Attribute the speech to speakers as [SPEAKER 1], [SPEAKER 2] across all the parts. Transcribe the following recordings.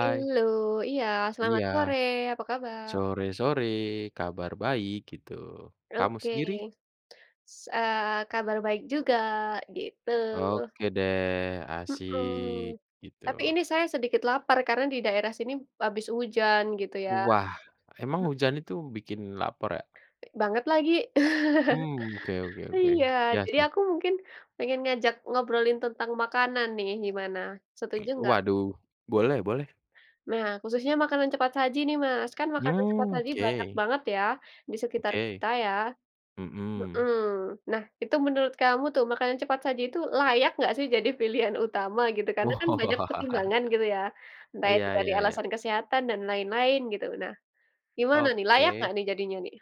[SPEAKER 1] Hai,
[SPEAKER 2] Halo, iya selamat
[SPEAKER 1] iya,
[SPEAKER 2] sore, apa kabar?
[SPEAKER 1] sore-sore, kabar baik gitu. Kamu
[SPEAKER 2] Oke,
[SPEAKER 1] sendiri?
[SPEAKER 2] kabar baik juga gitu,
[SPEAKER 1] Oke deh, asik
[SPEAKER 2] mhm.
[SPEAKER 1] gitu.
[SPEAKER 2] Tapi ini saya sedikit lapar karena di daerah sini habis hujan gitu ya,
[SPEAKER 1] Wah, emang
[SPEAKER 2] Mm,
[SPEAKER 1] hujan itu bikin lapar ya?
[SPEAKER 2] banget lagi.
[SPEAKER 1] Hmm, oke oke oke.
[SPEAKER 2] Iya,
[SPEAKER 1] Ya
[SPEAKER 2] jadi
[SPEAKER 1] sih.
[SPEAKER 2] aku mungkin pengen ngajak ngobrolin tentang makanan nih gimana, setuju nggak?
[SPEAKER 1] Waduh, boleh boleh.
[SPEAKER 2] Nah khususnya makanan cepat saji nih Mas, kan makanan cepat
[SPEAKER 1] Hmm,
[SPEAKER 2] saji
[SPEAKER 1] oke
[SPEAKER 2] banyak banget ya di sekitar
[SPEAKER 1] oke,
[SPEAKER 2] kita ya.
[SPEAKER 1] mhm.
[SPEAKER 2] Mhm. Nah, itu menurut kamu tuh makanan cepat saji itu layak nggak sih jadi pilihan utama gitu? Karena kan banyak
[SPEAKER 1] Wah,
[SPEAKER 2] pertimbangan gitu ya, entah
[SPEAKER 1] iya
[SPEAKER 2] itu dari
[SPEAKER 1] iya iya,
[SPEAKER 2] alasan kesehatan dan lain-lain gitu. Nah, gimana nih layak
[SPEAKER 1] oke.
[SPEAKER 2] nggak nih jadinya nih?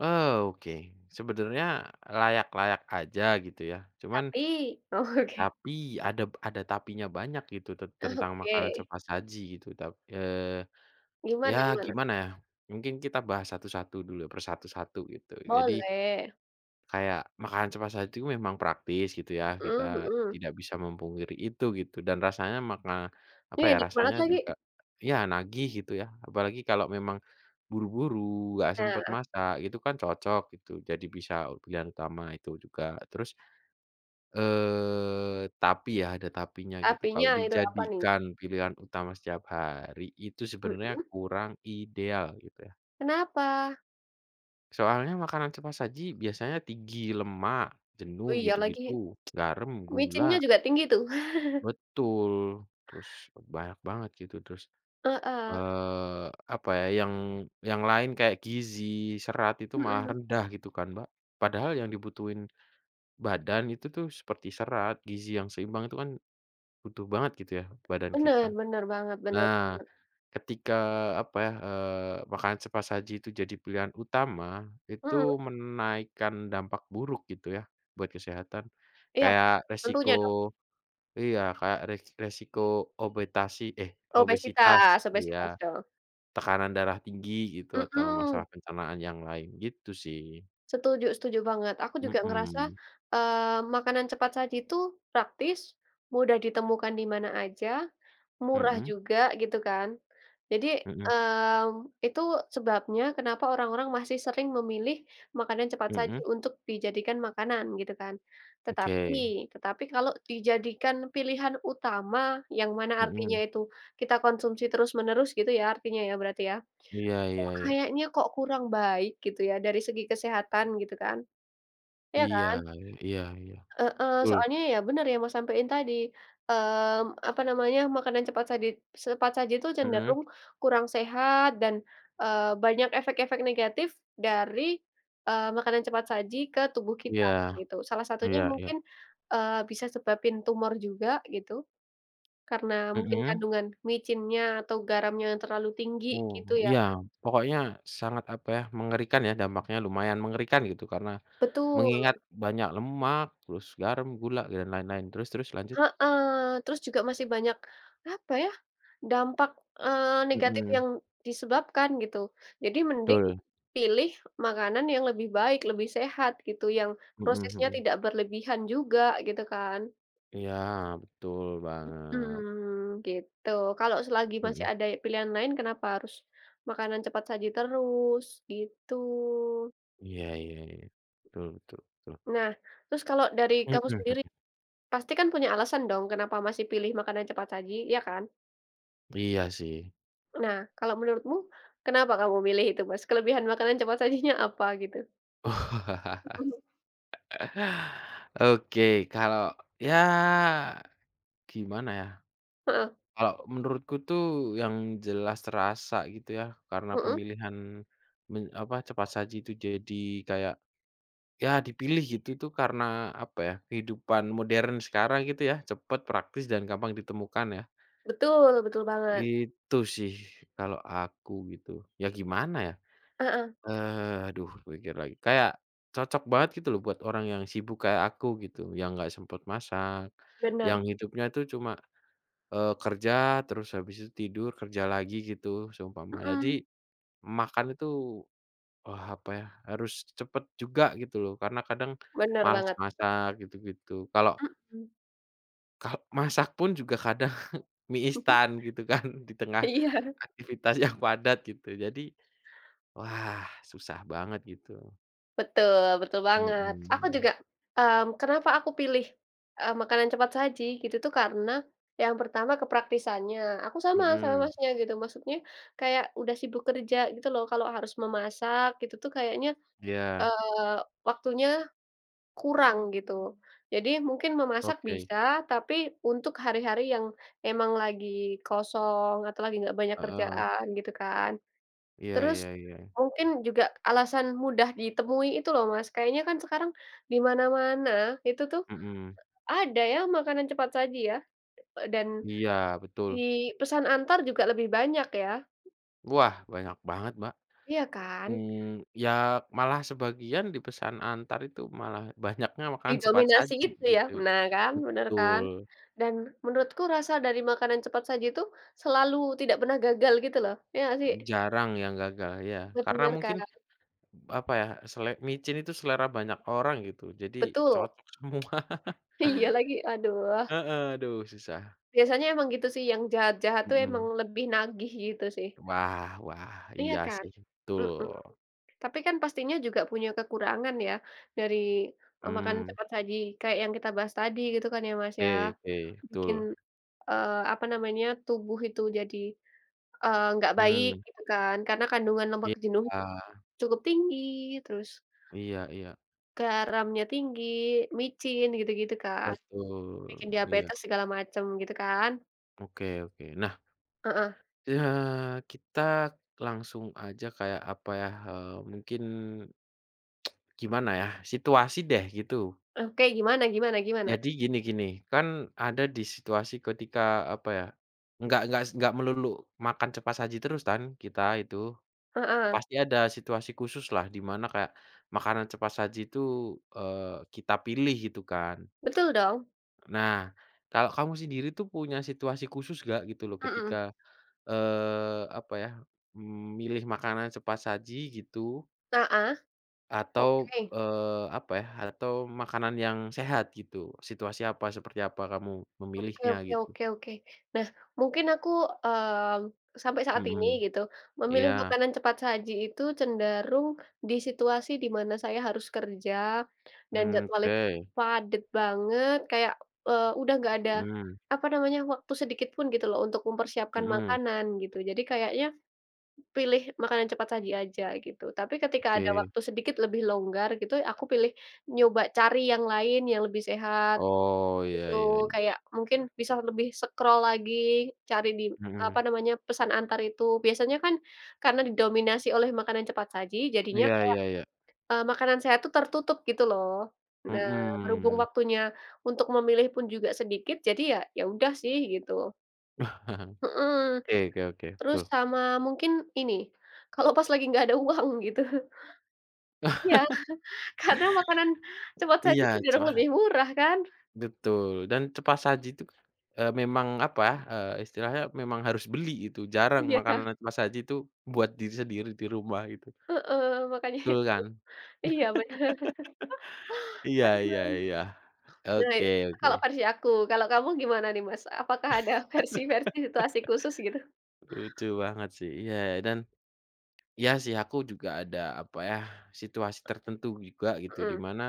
[SPEAKER 1] Oh, oke. Sebenarnya layak-layak aja gitu ya, cuman
[SPEAKER 2] Tapi Oh, oke.
[SPEAKER 1] Tapi ada tapinya banyak gitu tentang makanan
[SPEAKER 2] Oke.
[SPEAKER 1] cepat saji gitu,
[SPEAKER 2] Gimana
[SPEAKER 1] ya
[SPEAKER 2] gimana?
[SPEAKER 1] gimana ya, mungkin kita bahas satu-satu dulu per satu-satu gitu. Jadi
[SPEAKER 2] Boleh.
[SPEAKER 1] kayak makanan cepat saji itu memang praktis gitu ya, kita
[SPEAKER 2] Mhm mhm.
[SPEAKER 1] tidak bisa memungkiri itu gitu dan rasanya maka
[SPEAKER 2] Ini
[SPEAKER 1] apa ya,
[SPEAKER 2] enak banget
[SPEAKER 1] rasanya
[SPEAKER 2] lagi.
[SPEAKER 1] juga ya nagih gitu ya, apalagi kalau memang buru-buru, nggak sempet
[SPEAKER 2] Nah,
[SPEAKER 1] masak, itu kan cocok gitu, jadi bisa pilihan utama itu juga. Terus tapi ya, ada tapinya gitu. Kalau
[SPEAKER 2] tapinya itu apa nih?
[SPEAKER 1] dijadikan pilihan utama setiap hari, itu sebenarnya
[SPEAKER 2] Mhm.
[SPEAKER 1] kurang ideal gitu ya.
[SPEAKER 2] Kenapa?
[SPEAKER 1] Soalnya makanan cepat saji biasanya tinggi lemak,
[SPEAKER 2] Oh
[SPEAKER 1] jenuh
[SPEAKER 2] iya lagi,
[SPEAKER 1] gitu-gitu, garam,
[SPEAKER 2] micinnya
[SPEAKER 1] gula
[SPEAKER 2] juga tinggi tuh.
[SPEAKER 1] betul, terus banyak banget gitu. Terus,
[SPEAKER 2] Heeh.
[SPEAKER 1] eee, apa ya, yang lain kayak gizi, serat itu malah
[SPEAKER 2] Mhm.
[SPEAKER 1] rendah gitu kan, Mbak. Padahal yang dibutuhin badan itu tuh seperti serat, gizi yang seimbang itu kan butuh banget gitu ya, badan
[SPEAKER 2] Bener
[SPEAKER 1] kita.
[SPEAKER 2] bener banget, bener.
[SPEAKER 1] Nah, ketika apa ya, makanan cepat saji itu jadi pilihan utama, itu
[SPEAKER 2] Mhm.
[SPEAKER 1] menaikkan dampak buruk gitu ya, buat kesehatan.
[SPEAKER 2] Iya,
[SPEAKER 1] Kayak
[SPEAKER 2] tentunya dong.
[SPEAKER 1] resiko iya, kayak resiko obetasi eh, obesitas,
[SPEAKER 2] Obesitas
[SPEAKER 1] iya,
[SPEAKER 2] obesitas dong.
[SPEAKER 1] tekanan darah tinggi gitu, atau
[SPEAKER 2] Mhm,
[SPEAKER 1] masalah pencernaan yang lain, gitu sih.
[SPEAKER 2] setuju setuju banget. Aku juga ngerasa,
[SPEAKER 1] Mhm,
[SPEAKER 2] makanan cepat saji itu praktis, mudah ditemukan di mana aja, murah
[SPEAKER 1] mhm
[SPEAKER 2] juga gitu kan. Jadi,
[SPEAKER 1] mhm
[SPEAKER 2] itu sebabnya kenapa orang-orang masih sering memilih makanan cepat saji
[SPEAKER 1] mhm,
[SPEAKER 2] untuk dijadikan makanan gitu kan. Tetapi
[SPEAKER 1] oke,
[SPEAKER 2] tetapi kalau dijadikan pilihan utama yang mana artinya
[SPEAKER 1] mhm,
[SPEAKER 2] itu kita konsumsi terus-menerus gitu ya artinya ya berarti ya?
[SPEAKER 1] iya
[SPEAKER 2] Itu
[SPEAKER 1] iya iya.
[SPEAKER 2] kayaknya kok kurang baik gitu ya dari segi kesehatan gitu kan, iya
[SPEAKER 1] Iya
[SPEAKER 2] kan?
[SPEAKER 1] iya iya,
[SPEAKER 2] Heeh,
[SPEAKER 1] betul.
[SPEAKER 2] soalnya ya bener yang Mas sampein tadi, apa namanya, makanan cepat saji itu
[SPEAKER 1] Mhm,
[SPEAKER 2] cenderung kurang sehat dan, banyak efek-efek negatif dari, makanan cepat saji ke tubuh kita
[SPEAKER 1] iya
[SPEAKER 2] gitu. Salah satunya
[SPEAKER 1] iya iya,
[SPEAKER 2] mungkin, bisa sebabin tumor juga gitu, karena mungkin
[SPEAKER 1] mhm,
[SPEAKER 2] kandungan micinnya atau garamnya yang terlalu tinggi
[SPEAKER 1] oh,
[SPEAKER 2] gitu ya.
[SPEAKER 1] iya, pokoknya sangat, apa ya, mengerikan ya dampaknya lumayan mengerikan gitu karena
[SPEAKER 2] Betul.
[SPEAKER 1] mengingat banyak lemak, terus garam, gula, dan lain-lain, terus terus lanjut?
[SPEAKER 2] Heeh, terus juga masih banyak, apa ya, dampak, negatif
[SPEAKER 1] Mhm,
[SPEAKER 2] yang disebabkan gitu. Jadi mending
[SPEAKER 1] betul,
[SPEAKER 2] pilih makanan yang lebih baik, lebih sehat gitu, yang
[SPEAKER 1] mhm
[SPEAKER 2] prosesnya
[SPEAKER 1] mhm,
[SPEAKER 2] tidak berlebihan juga gitu kan.
[SPEAKER 1] iya betul banget,
[SPEAKER 2] Mmm, gitu. Kalau selagi masih
[SPEAKER 1] mhm,
[SPEAKER 2] ada pilihan lain kenapa harus makanan cepat saji terus, gitu.
[SPEAKER 1] iya iya iya, betul betul betul,
[SPEAKER 2] Nah, terus kalau dari kamu
[SPEAKER 1] mhm,
[SPEAKER 2] sendiri, pasti kan punya alasan dong kenapa masih pilih makanan cepat saji, iya kan?
[SPEAKER 1] iya sih.
[SPEAKER 2] Nah, kalau menurutmu kenapa kamu milih itu, Mas? Kelebihan makanan cepat sajinya apa gitu?
[SPEAKER 1] Oke kalau ya gimana ya?
[SPEAKER 2] Heeh,
[SPEAKER 1] Kalau menurutku tuh yang jelas terasa gitu ya, karena
[SPEAKER 2] mhm,
[SPEAKER 1] pemilihan cepat saji itu jadi kayak, ya dipilih gitu tuh karena apa ya, kehidupan modern sekarang gitu ya, cepat, praktis, dan gampang ditemukan ya.
[SPEAKER 2] betul betul banget,
[SPEAKER 1] Itu sih kalau aku gitu. Ya gimana ya,
[SPEAKER 2] heeh,
[SPEAKER 1] eh aduh pikir lagi, kayak cocok banget gitu loh buat orang yang sibuk kayak aku gitu, yang nggak sempat masak, yang
[SPEAKER 2] benar
[SPEAKER 1] hidupnya itu cuma kerja, terus habis itu tidur, kerja lagi gitu seumpama. Jadi
[SPEAKER 2] mhm,
[SPEAKER 1] makan itu, wah apa ya, harus cepet juga gitu loh, karena kadang
[SPEAKER 2] bener
[SPEAKER 1] males
[SPEAKER 2] banget,
[SPEAKER 1] masak gitu-gitu. Kalau
[SPEAKER 2] mhm,
[SPEAKER 1] kalau masak pun juga kadang mie instan gitu kan, di tengah
[SPEAKER 2] iya,
[SPEAKER 1] aktivitas yang padat gitu. Jadi, wah susah banget gitu.
[SPEAKER 2] betul betul banget. Aku
[SPEAKER 1] Mhm,
[SPEAKER 2] juga, kenapa aku pilih, makanan cepat saji gitu tuh karena yang pertama kepraktisannya, aku sama sama
[SPEAKER 1] mhm,
[SPEAKER 2] Masnya gitu, maksudnya kayak udah sibuk kerja gitu loh, kalau harus memasak gitu tuh kayaknya,
[SPEAKER 1] iya,
[SPEAKER 2] eee, waktunya kurang gitu. Jadi mungkin memasak
[SPEAKER 1] oke,
[SPEAKER 2] bisa, tapi untuk hari-hari yang emang lagi kosong atau lagi nggak banyak
[SPEAKER 1] heeh,
[SPEAKER 2] kerjaan gitu kan.
[SPEAKER 1] iya iya
[SPEAKER 2] Terus
[SPEAKER 1] iya,
[SPEAKER 2] mungkin juga alasan mudah ditemui itu loh, Mas, kayaknya kan sekarang di mana-mana itu tuh
[SPEAKER 1] mhm,
[SPEAKER 2] ada ya makanan cepat saji ya, dan
[SPEAKER 1] iya betul.
[SPEAKER 2] di pesan antar juga lebih banyak ya,
[SPEAKER 1] Wah banyak banget, Mbak.
[SPEAKER 2] iya kan?
[SPEAKER 1] Mmm, ya malah sebagian dipesan antar itu malah banyaknya makan cepat
[SPEAKER 2] Didominasi
[SPEAKER 1] saji
[SPEAKER 2] itu ya?
[SPEAKER 1] gitu.
[SPEAKER 2] Nah kan, bener
[SPEAKER 1] Betul,
[SPEAKER 2] kan? Dan menurutku rasa dari makanan cepat saji itu selalu tidak pernah gagal gitu loh, iya nggak sih?
[SPEAKER 1] jarang yang gagal ya, karena
[SPEAKER 2] Bener kan,
[SPEAKER 1] mungkin apa ya, micin itu selera banyak orang gitu, jadi
[SPEAKER 2] betul.
[SPEAKER 1] cocok semua.
[SPEAKER 2] Iya lagi, aduh.
[SPEAKER 1] Heeh, aduh susah,
[SPEAKER 2] Biasanya emang gitu sih yang jahat-jahat tuh emang
[SPEAKER 1] mhm.
[SPEAKER 2] lebih nagih gitu sih.
[SPEAKER 1] Wah wah,
[SPEAKER 2] Iya
[SPEAKER 1] iya
[SPEAKER 2] kan?
[SPEAKER 1] sih, betul.
[SPEAKER 2] Mhm. Tapi kan pastinya juga punya kekurangan ya dari, makanan
[SPEAKER 1] Mmm,
[SPEAKER 2] cepat saji kayak yang kita bahas tadi gitu kan ya Mas
[SPEAKER 1] oke
[SPEAKER 2] ya,
[SPEAKER 1] oke, betul.
[SPEAKER 2] bikin, apa namanya, tubuh itu jadi nggak baik
[SPEAKER 1] Mmm,
[SPEAKER 2] gitu kan, karena kandungan lemak
[SPEAKER 1] iya
[SPEAKER 2] jenuh cukup tinggi, terus
[SPEAKER 1] iya iya,
[SPEAKER 2] garamnya tinggi, micin gitu-gitu kan,
[SPEAKER 1] betul,
[SPEAKER 2] bikin
[SPEAKER 1] iya,
[SPEAKER 2] diabetes segala macam gitu kan.
[SPEAKER 1] oke oke. Nah,
[SPEAKER 2] Heeh.
[SPEAKER 1] ya, kita langsung aja kayak apa ya, mungkin gimana ya, situasi deh gitu.
[SPEAKER 2] Oke, gimana gimana gimana?
[SPEAKER 1] Jadi gini gini, kan ada di situasi ketika apa ya, nggak melulu makan cepat saji terus kan kita itu.
[SPEAKER 2] Heeh.
[SPEAKER 1] Pasti ada situasi khusus lah di mana kayak makanan cepat saji itu, kita pilih gitu kan.
[SPEAKER 2] Betul dong.
[SPEAKER 1] Nah, kalau kamu sendiri tuh punya situasi khusus nggak gitu loh
[SPEAKER 2] Mhm.
[SPEAKER 1] ketika apa ya, milih makanan cepat saji gitu
[SPEAKER 2] Heeh,
[SPEAKER 1] atau,
[SPEAKER 2] oke.
[SPEAKER 1] eee, apa ya, atau makanan yang sehat gitu? Situasi apa, seperti apa kamu
[SPEAKER 2] Oke
[SPEAKER 1] memilihnya
[SPEAKER 2] oke
[SPEAKER 1] gitu?
[SPEAKER 2] oke oke. Nah, mungkin aku, mmm, sampai saat ini
[SPEAKER 1] Mhm,
[SPEAKER 2] gitu, memilih
[SPEAKER 1] iya,
[SPEAKER 2] makanan cepat saji itu cenderung di situasi di mana saya harus kerja dan
[SPEAKER 1] mmm,
[SPEAKER 2] jadwal
[SPEAKER 1] oke,
[SPEAKER 2] itu padat banget, kayak, udah nggak ada,
[SPEAKER 1] mhm
[SPEAKER 2] apa namanya, waktu sedikit pun gitu loh untuk mempersiapkan
[SPEAKER 1] mhm,
[SPEAKER 2] makanan gitu. Jadi kayaknya pilih makanan cepat saji aja gitu. Tapi ketika ada
[SPEAKER 1] oke.
[SPEAKER 2] waktu sedikit lebih longgar gitu, aku pilih nyoba cari yang lain yang lebih sehat,
[SPEAKER 1] Oh, iya
[SPEAKER 2] itu
[SPEAKER 1] iya iya,
[SPEAKER 2] kayak mungkin bisa lebih scroll lagi, cari di
[SPEAKER 1] mhm,
[SPEAKER 2] apa namanya, pesan antar itu. Biasanya kan karena didominasi oleh makanan cepat saji jadinya,
[SPEAKER 1] iya iya iya,
[SPEAKER 2] makanan sehat tuh tertutup gitu loh. Nah, berhubung
[SPEAKER 1] mhm.
[SPEAKER 2] waktunya untuk memilih pun juga sedikit, jadi ya ya udah sih gitu.
[SPEAKER 1] Oke
[SPEAKER 2] Mhm,
[SPEAKER 1] oke oke,
[SPEAKER 2] terus
[SPEAKER 1] betul.
[SPEAKER 2] sama mungkin ini, kalau pas lagi nggak ada uang gitu. Iya, karena makanan cepat saji
[SPEAKER 1] Iya,
[SPEAKER 2] cenderung
[SPEAKER 1] cepat
[SPEAKER 2] lebih murah kan.
[SPEAKER 1] Betul, dan cepat saji itu, memang istilahnya memang harus beli itu, jarang
[SPEAKER 2] Iya,
[SPEAKER 1] makanan cepat saji itu buat diri sendiri di rumah gitu,
[SPEAKER 2] heeh, makanya
[SPEAKER 1] betul
[SPEAKER 2] itu.
[SPEAKER 1] kan?
[SPEAKER 2] Iya bener.
[SPEAKER 1] Iya iya
[SPEAKER 2] Aduh.
[SPEAKER 1] iya,
[SPEAKER 2] Nah,
[SPEAKER 1] oke
[SPEAKER 2] itu
[SPEAKER 1] oke,
[SPEAKER 2] kalau versi aku. Kalau kamu gimana nih, Mas? Apakah ada versi-versi situasi khusus gitu?
[SPEAKER 1] lucu banget sih, iya dan iya sih aku juga ada apa ya, situasi tertentu juga gitu di
[SPEAKER 2] Mhm,
[SPEAKER 1] mana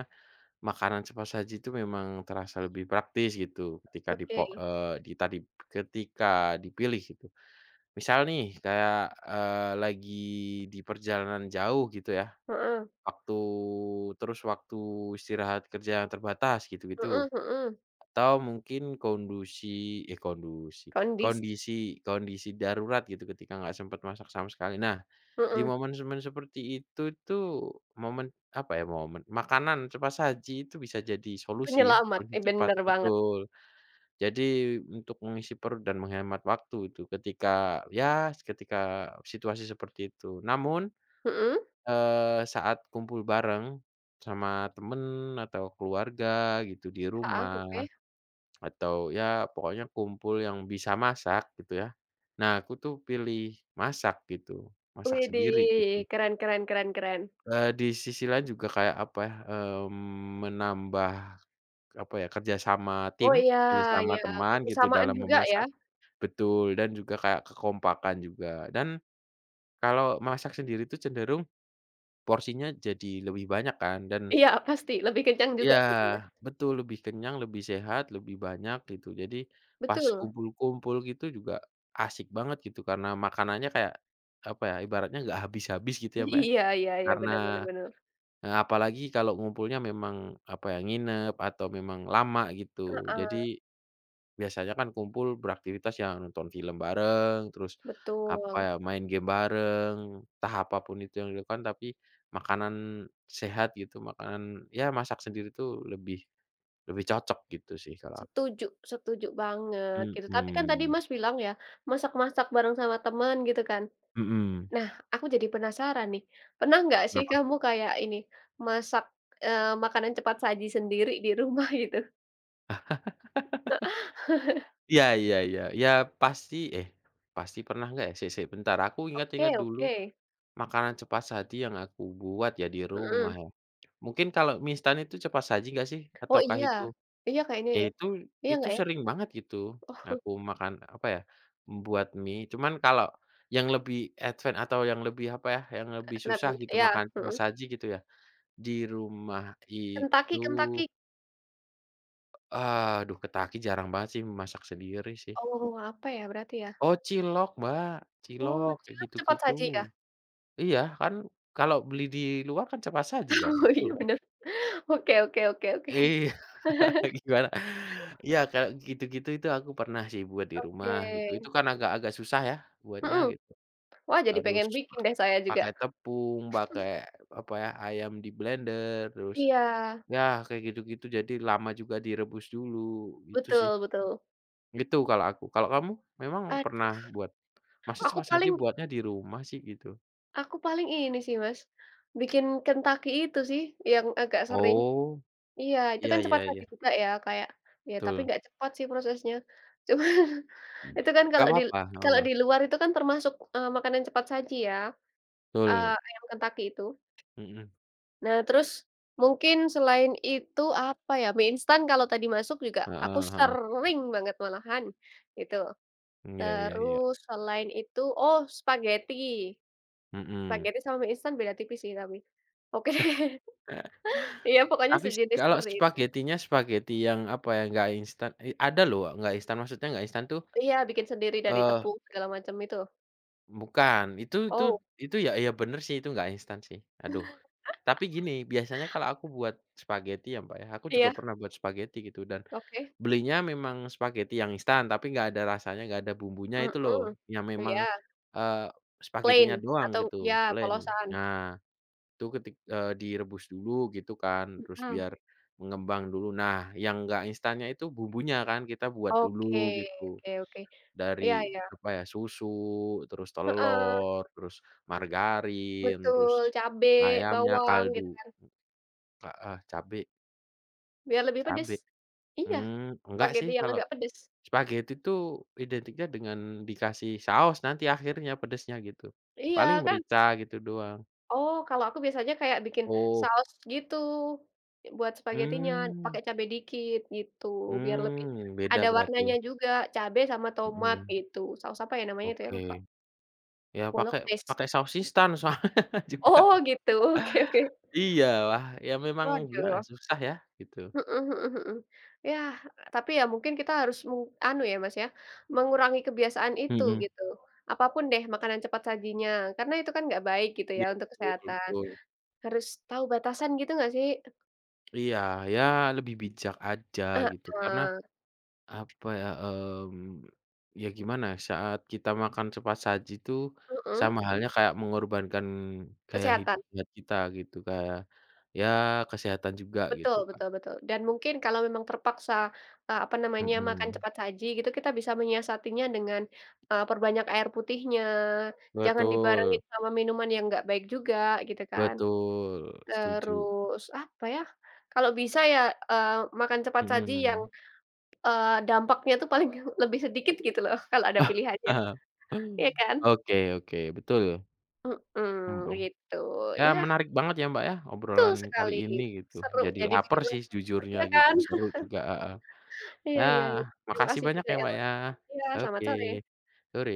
[SPEAKER 1] makanan cepat saji itu memang terasa lebih praktis gitu ketika dipo
[SPEAKER 2] oke.
[SPEAKER 1] eee, di tadi ketika dipilih gitu. Misal nih kayak, lagi di perjalanan jauh gitu ya,
[SPEAKER 2] Heeh,
[SPEAKER 1] waktu waktu istirahat kerja yang terbatas gitu-gitu,
[SPEAKER 2] mhm mhm.
[SPEAKER 1] atau mungkin kondusi eh, kondusi,
[SPEAKER 2] Kondisi,
[SPEAKER 1] kondisi kondisi darurat gitu ketika nggak sempet masak sama sekali. Nah, di
[SPEAKER 2] mhm.
[SPEAKER 1] momen-momen seperti itu tuh momen momen makanan cepat saji itu bisa jadi solusi ya,
[SPEAKER 2] Penyelamat,
[SPEAKER 1] solusi
[SPEAKER 2] eh,
[SPEAKER 1] cepat,
[SPEAKER 2] bener banget.
[SPEAKER 1] betul. Jadi untuk mengisi perut dan menghemat waktu itu ketika situasi seperti itu. Namun,
[SPEAKER 2] Mhm,
[SPEAKER 1] saat kumpul bareng sama temen atau keluarga gitu di
[SPEAKER 2] heeh,
[SPEAKER 1] rumah
[SPEAKER 2] oke.
[SPEAKER 1] atau ya pokoknya kumpul yang bisa masak gitu ya. Nah aku tuh pilih masak gitu, masak sendiri gitu.
[SPEAKER 2] Widih, keren keren keren keren.
[SPEAKER 1] Di sisi lain juga kayak apa ya, menambah apa ya kerjasama
[SPEAKER 2] Oh,
[SPEAKER 1] tim,
[SPEAKER 2] iya
[SPEAKER 1] kerjasama
[SPEAKER 2] iya,
[SPEAKER 1] teman gitu
[SPEAKER 2] kebersamaan
[SPEAKER 1] dalam
[SPEAKER 2] juga ya.
[SPEAKER 1] memasak. Betul, dan juga kayak kekompakan juga. Dan kalau masak sendiri itu cenderung porsinya jadi lebih banyak kan dan
[SPEAKER 2] Iya, pasti lebih kencang juga
[SPEAKER 1] iya,
[SPEAKER 2] jadinya.
[SPEAKER 1] betul lebih kenyang, lebih sehat, lebih banyak gitu. Jadi pas
[SPEAKER 2] Betul.
[SPEAKER 1] kumpul-kumpul gitu juga asik banget gitu karena makanannya kayak, apa ya, ibaratnya nggak habis-habis gitu ya, Mbak, ya.
[SPEAKER 2] Iya iya iya,
[SPEAKER 1] Karena
[SPEAKER 2] bener bener bener.
[SPEAKER 1] apalagi kalau ngumpulnya memang, apa ya, nginep atau memang lama gitu.
[SPEAKER 2] Heeh,
[SPEAKER 1] Jadi biasanya kan kumpul beraktivitas yang nonton film bareng, terus apa
[SPEAKER 2] betul.
[SPEAKER 1] ya, main game bareng, entah apapun itu yang dilakukan, tapi makanan sehat gitu, makanan ya masak sendiri tuh lebih lebih cocok gitu sih kalau aku.
[SPEAKER 2] Setuju setuju banget gitu, tapi kan tadi
[SPEAKER 1] Mhm,
[SPEAKER 2] Mas bilang ya, masak-masak bareng sama temen gitu kan.
[SPEAKER 1] mhm,
[SPEAKER 2] Nah, aku jadi penasaran nih, pernah nggak sih
[SPEAKER 1] kenapa?
[SPEAKER 2] kamu kayak ini, masak, makanan cepat saji sendiri di rumah gitu?
[SPEAKER 1] Iya iya iya, ya pasti eh, pasti pernah nggak ya? Sik sik bentar, aku
[SPEAKER 2] Oke
[SPEAKER 1] ingat-ingat dulu
[SPEAKER 2] oke,
[SPEAKER 1] makanan cepat saji yang aku buat ya di rumah
[SPEAKER 2] mhm.
[SPEAKER 1] ya. Mungkin kalau mie instan itu cepat saji nggak sih?
[SPEAKER 2] Oh
[SPEAKER 1] Ataukah
[SPEAKER 2] iya,
[SPEAKER 1] itu
[SPEAKER 2] iya kayaknya
[SPEAKER 1] ya
[SPEAKER 2] ya,
[SPEAKER 1] itu
[SPEAKER 2] iya
[SPEAKER 1] itu
[SPEAKER 2] nggak ya?
[SPEAKER 1] sering banget gitu,
[SPEAKER 2] Oh
[SPEAKER 1] aku makan, apa ya, buat mie, cuman kalau yang lebih advance atau yang lebih, apa ya, yang lebih susah
[SPEAKER 2] lebih
[SPEAKER 1] gitu
[SPEAKER 2] iya,
[SPEAKER 1] makan cepat
[SPEAKER 2] mhm.
[SPEAKER 1] saji gitu ya, di rumah itu,
[SPEAKER 2] Kentucky Kentucky,
[SPEAKER 1] aduh ketaki jarang banget sih masak sendiri sih.
[SPEAKER 2] oh apa ya berarti ya?
[SPEAKER 1] Oh cilok, Mbak,
[SPEAKER 2] Oh
[SPEAKER 1] cilok, kayak
[SPEAKER 2] cilok cepat
[SPEAKER 1] gitu-gitu.
[SPEAKER 2] saji ya.
[SPEAKER 1] Iya kan kalau beli di luar kan cepat saji kan,
[SPEAKER 2] Oh
[SPEAKER 1] betul.
[SPEAKER 2] iya bener. Oke oke oke oke.
[SPEAKER 1] Iya, gimana? Iya, kayak gitu-gitu itu aku pernah sih buat di
[SPEAKER 2] Oke,
[SPEAKER 1] rumah gitu, itu kan agak-agak susah ya buatnya
[SPEAKER 2] mhm.
[SPEAKER 1] gitu,
[SPEAKER 2] Wah, jadi
[SPEAKER 1] harus
[SPEAKER 2] pengen bikin deh saya juga.
[SPEAKER 1] pakai tepung, pakai apa ya, ayam di blender, terus
[SPEAKER 2] Iya,
[SPEAKER 1] ya kayak gitu-gitu jadi lama juga direbus dulu, gitu sih.
[SPEAKER 2] betul betul.
[SPEAKER 1] Gitu kalau aku, kalau kamu memang
[SPEAKER 2] Ad
[SPEAKER 1] pernah buat? Masa
[SPEAKER 2] aku
[SPEAKER 1] cepat saja
[SPEAKER 2] paling
[SPEAKER 1] buatnya di rumah sih gitu?
[SPEAKER 2] aku paling ini sih, Mas, bikin Kentucky itu sih yang agak sering.
[SPEAKER 1] Oh,
[SPEAKER 2] Iya, itu
[SPEAKER 1] iya
[SPEAKER 2] kan
[SPEAKER 1] iya
[SPEAKER 2] cepat
[SPEAKER 1] iya,
[SPEAKER 2] pagi juga ya, kayak ya tapi
[SPEAKER 1] betul.
[SPEAKER 2] nggak cepat sih prosesnya. Cuma itu kan
[SPEAKER 1] Gak
[SPEAKER 2] kalau di
[SPEAKER 1] apa-apa nggak
[SPEAKER 2] kalau
[SPEAKER 1] apa-apa,
[SPEAKER 2] di luar itu kan termasuk, makanan cepat saji ya,
[SPEAKER 1] betul,
[SPEAKER 2] ayam Kentucky itu.
[SPEAKER 1] mhm,
[SPEAKER 2] Nah, terus mungkin selain itu apa ya, mie instan kalau tadi masuk juga aku
[SPEAKER 1] heeh heeh,
[SPEAKER 2] sering banget malahan, gitu.
[SPEAKER 1] iya iya iya.
[SPEAKER 2] Terus selain itu oh spaghetti.
[SPEAKER 1] Mhm.
[SPEAKER 2] Spaghetti sama mie instan beda tipis sih tapi. Oke. Iya pokoknya
[SPEAKER 1] Tapi
[SPEAKER 2] sejenis
[SPEAKER 1] kalau
[SPEAKER 2] seperti itu.
[SPEAKER 1] spageti yang, apa ya, nggak instan, ada loh nggak instan, maksudnya nggak instan tuh,
[SPEAKER 2] Iya bikin sendiri dari
[SPEAKER 1] eee,
[SPEAKER 2] tepung segala macam itu.
[SPEAKER 1] bukan, itu itu
[SPEAKER 2] Oh
[SPEAKER 1] itu ya bener sih, itu nggak instan sih. Aduh, tapi gini, biasanya kalau aku buat spageti ya, Mbak, ya, aku juga
[SPEAKER 2] iya
[SPEAKER 1] pernah buat spageti gitu dan
[SPEAKER 2] oke.
[SPEAKER 1] belinya memang spageti yang instan, tapi nggak ada rasanya, nggak ada bumbunya itu loh,
[SPEAKER 2] Mhm.
[SPEAKER 1] yang memang,
[SPEAKER 2] Iya
[SPEAKER 1] eee,
[SPEAKER 2] plain
[SPEAKER 1] spagetinya doang
[SPEAKER 2] atau
[SPEAKER 1] gitu,
[SPEAKER 2] iya
[SPEAKER 1] plain.
[SPEAKER 2] polosan.
[SPEAKER 1] Nah itu direbus dulu gitu kan, terus
[SPEAKER 2] Mhm.
[SPEAKER 1] biar mengembang dulu. Nah, yang nggak instannya itu bumbunya kan kita buat
[SPEAKER 2] Oke
[SPEAKER 1] dulu gitu,
[SPEAKER 2] oke oke. Iya
[SPEAKER 1] dari
[SPEAKER 2] iya.
[SPEAKER 1] apa ya, susu, terus
[SPEAKER 2] Heeh,
[SPEAKER 1] telur, terus margarin,
[SPEAKER 2] betul
[SPEAKER 1] terus
[SPEAKER 2] cabe,
[SPEAKER 1] ayamnya,
[SPEAKER 2] bawang gitu
[SPEAKER 1] kaldu
[SPEAKER 2] kan
[SPEAKER 1] heeh, cabe
[SPEAKER 2] biar lebih
[SPEAKER 1] cabe.
[SPEAKER 2] pedes. Iya
[SPEAKER 1] Mmm, enggak sih
[SPEAKER 2] spaghetti yang
[SPEAKER 1] kalau
[SPEAKER 2] agak pedes.
[SPEAKER 1] spageti tuh identiknya dengan dikasih saos nanti akhirnya pedasnya gitu. Paling
[SPEAKER 2] Iya kan?
[SPEAKER 1] merica gitu doang.
[SPEAKER 2] Oh, kalau aku biasanya kayak bikin
[SPEAKER 1] Oh,
[SPEAKER 2] saus gitu, buat spagetinya,
[SPEAKER 1] mmm
[SPEAKER 2] pakai cabe dikit gitu, biar lebih
[SPEAKER 1] beda
[SPEAKER 2] ada
[SPEAKER 1] berarti ya?
[SPEAKER 2] warnanya juga, cabe sama tomat
[SPEAKER 1] Mhm,
[SPEAKER 2] gitu. Saus apa ya namanya itu ya, lupa.
[SPEAKER 1] oke. Ya pakai
[SPEAKER 2] Bolognese.
[SPEAKER 1] pakai saus instan soalnya juga.
[SPEAKER 2] Oh gitu, oke oke.
[SPEAKER 1] Iya, wah, ya memang gimana ya,
[SPEAKER 2] Waduh,
[SPEAKER 1] susah ya gitu.
[SPEAKER 2] mhm mhm mhm. Yah, tapi ya mungkin kita harus meng anu ya, Mas, ya, mengurangi kebiasaan itu
[SPEAKER 1] Mhm.
[SPEAKER 2] gitu. Apapun deh makanan cepat sajinya, karena itu kan nggak baik gitu ya
[SPEAKER 1] Iya,
[SPEAKER 2] untuk
[SPEAKER 1] betul
[SPEAKER 2] kesehatan.
[SPEAKER 1] betul.
[SPEAKER 2] Harus tahu batasan gitu nggak sih?
[SPEAKER 1] Iya, ya lebih bijak aja gitu karena
[SPEAKER 2] Heeh.
[SPEAKER 1] apa ya, ya gimana ya, saat kita makan cepat saji itu
[SPEAKER 2] Mhm,
[SPEAKER 1] sama halnya kayak mengorbankan gaya hidup
[SPEAKER 2] kesehatan.
[SPEAKER 1] sehat kita gitu, kayak ya kesehatan juga
[SPEAKER 2] Betul
[SPEAKER 1] gitu kan.
[SPEAKER 2] betul betul. Dan mungkin kalau memang terpaksa, apa namanya, makan
[SPEAKER 1] Mhm,
[SPEAKER 2] cepat saji gitu, kita bisa menyiasatinya dengan, perbanyak air putihnya, jangan
[SPEAKER 1] betul
[SPEAKER 2] dibarengin sama minuman yang nggak baik juga gitu kan.
[SPEAKER 1] betul, setuju.
[SPEAKER 2] Terus apa ya, kalau bisa ya, eee, makan cepat saji yang,
[SPEAKER 1] Mhm.
[SPEAKER 2] dampaknya tuh paling lebih sedikit gitu loh kalau ada pilihannya, iya kan?
[SPEAKER 1] Oke oke, betul.
[SPEAKER 2] Mhm,
[SPEAKER 1] Mhm.
[SPEAKER 2] gitu.
[SPEAKER 1] Ya
[SPEAKER 2] Ya,
[SPEAKER 1] menarik banget ya, Mbak, ya,
[SPEAKER 2] betul
[SPEAKER 1] obrolan kali
[SPEAKER 2] sekali.
[SPEAKER 1] ini gitu.
[SPEAKER 2] Seru
[SPEAKER 1] Jadi
[SPEAKER 2] jadi
[SPEAKER 1] laper
[SPEAKER 2] bikin
[SPEAKER 1] sih
[SPEAKER 2] lapar,
[SPEAKER 1] sejujurnya
[SPEAKER 2] iya
[SPEAKER 1] gitu,
[SPEAKER 2] kan?
[SPEAKER 1] seru juga, heeh.
[SPEAKER 2] Iya iya
[SPEAKER 1] Yah,
[SPEAKER 2] iya. Terima
[SPEAKER 1] makasih
[SPEAKER 2] kasih
[SPEAKER 1] banyak
[SPEAKER 2] juga
[SPEAKER 1] ya,
[SPEAKER 2] ya,
[SPEAKER 1] Mbak,
[SPEAKER 2] Mas.
[SPEAKER 1] ya.
[SPEAKER 2] Iya, selamat
[SPEAKER 1] Oke,
[SPEAKER 2] sore.
[SPEAKER 1] sore.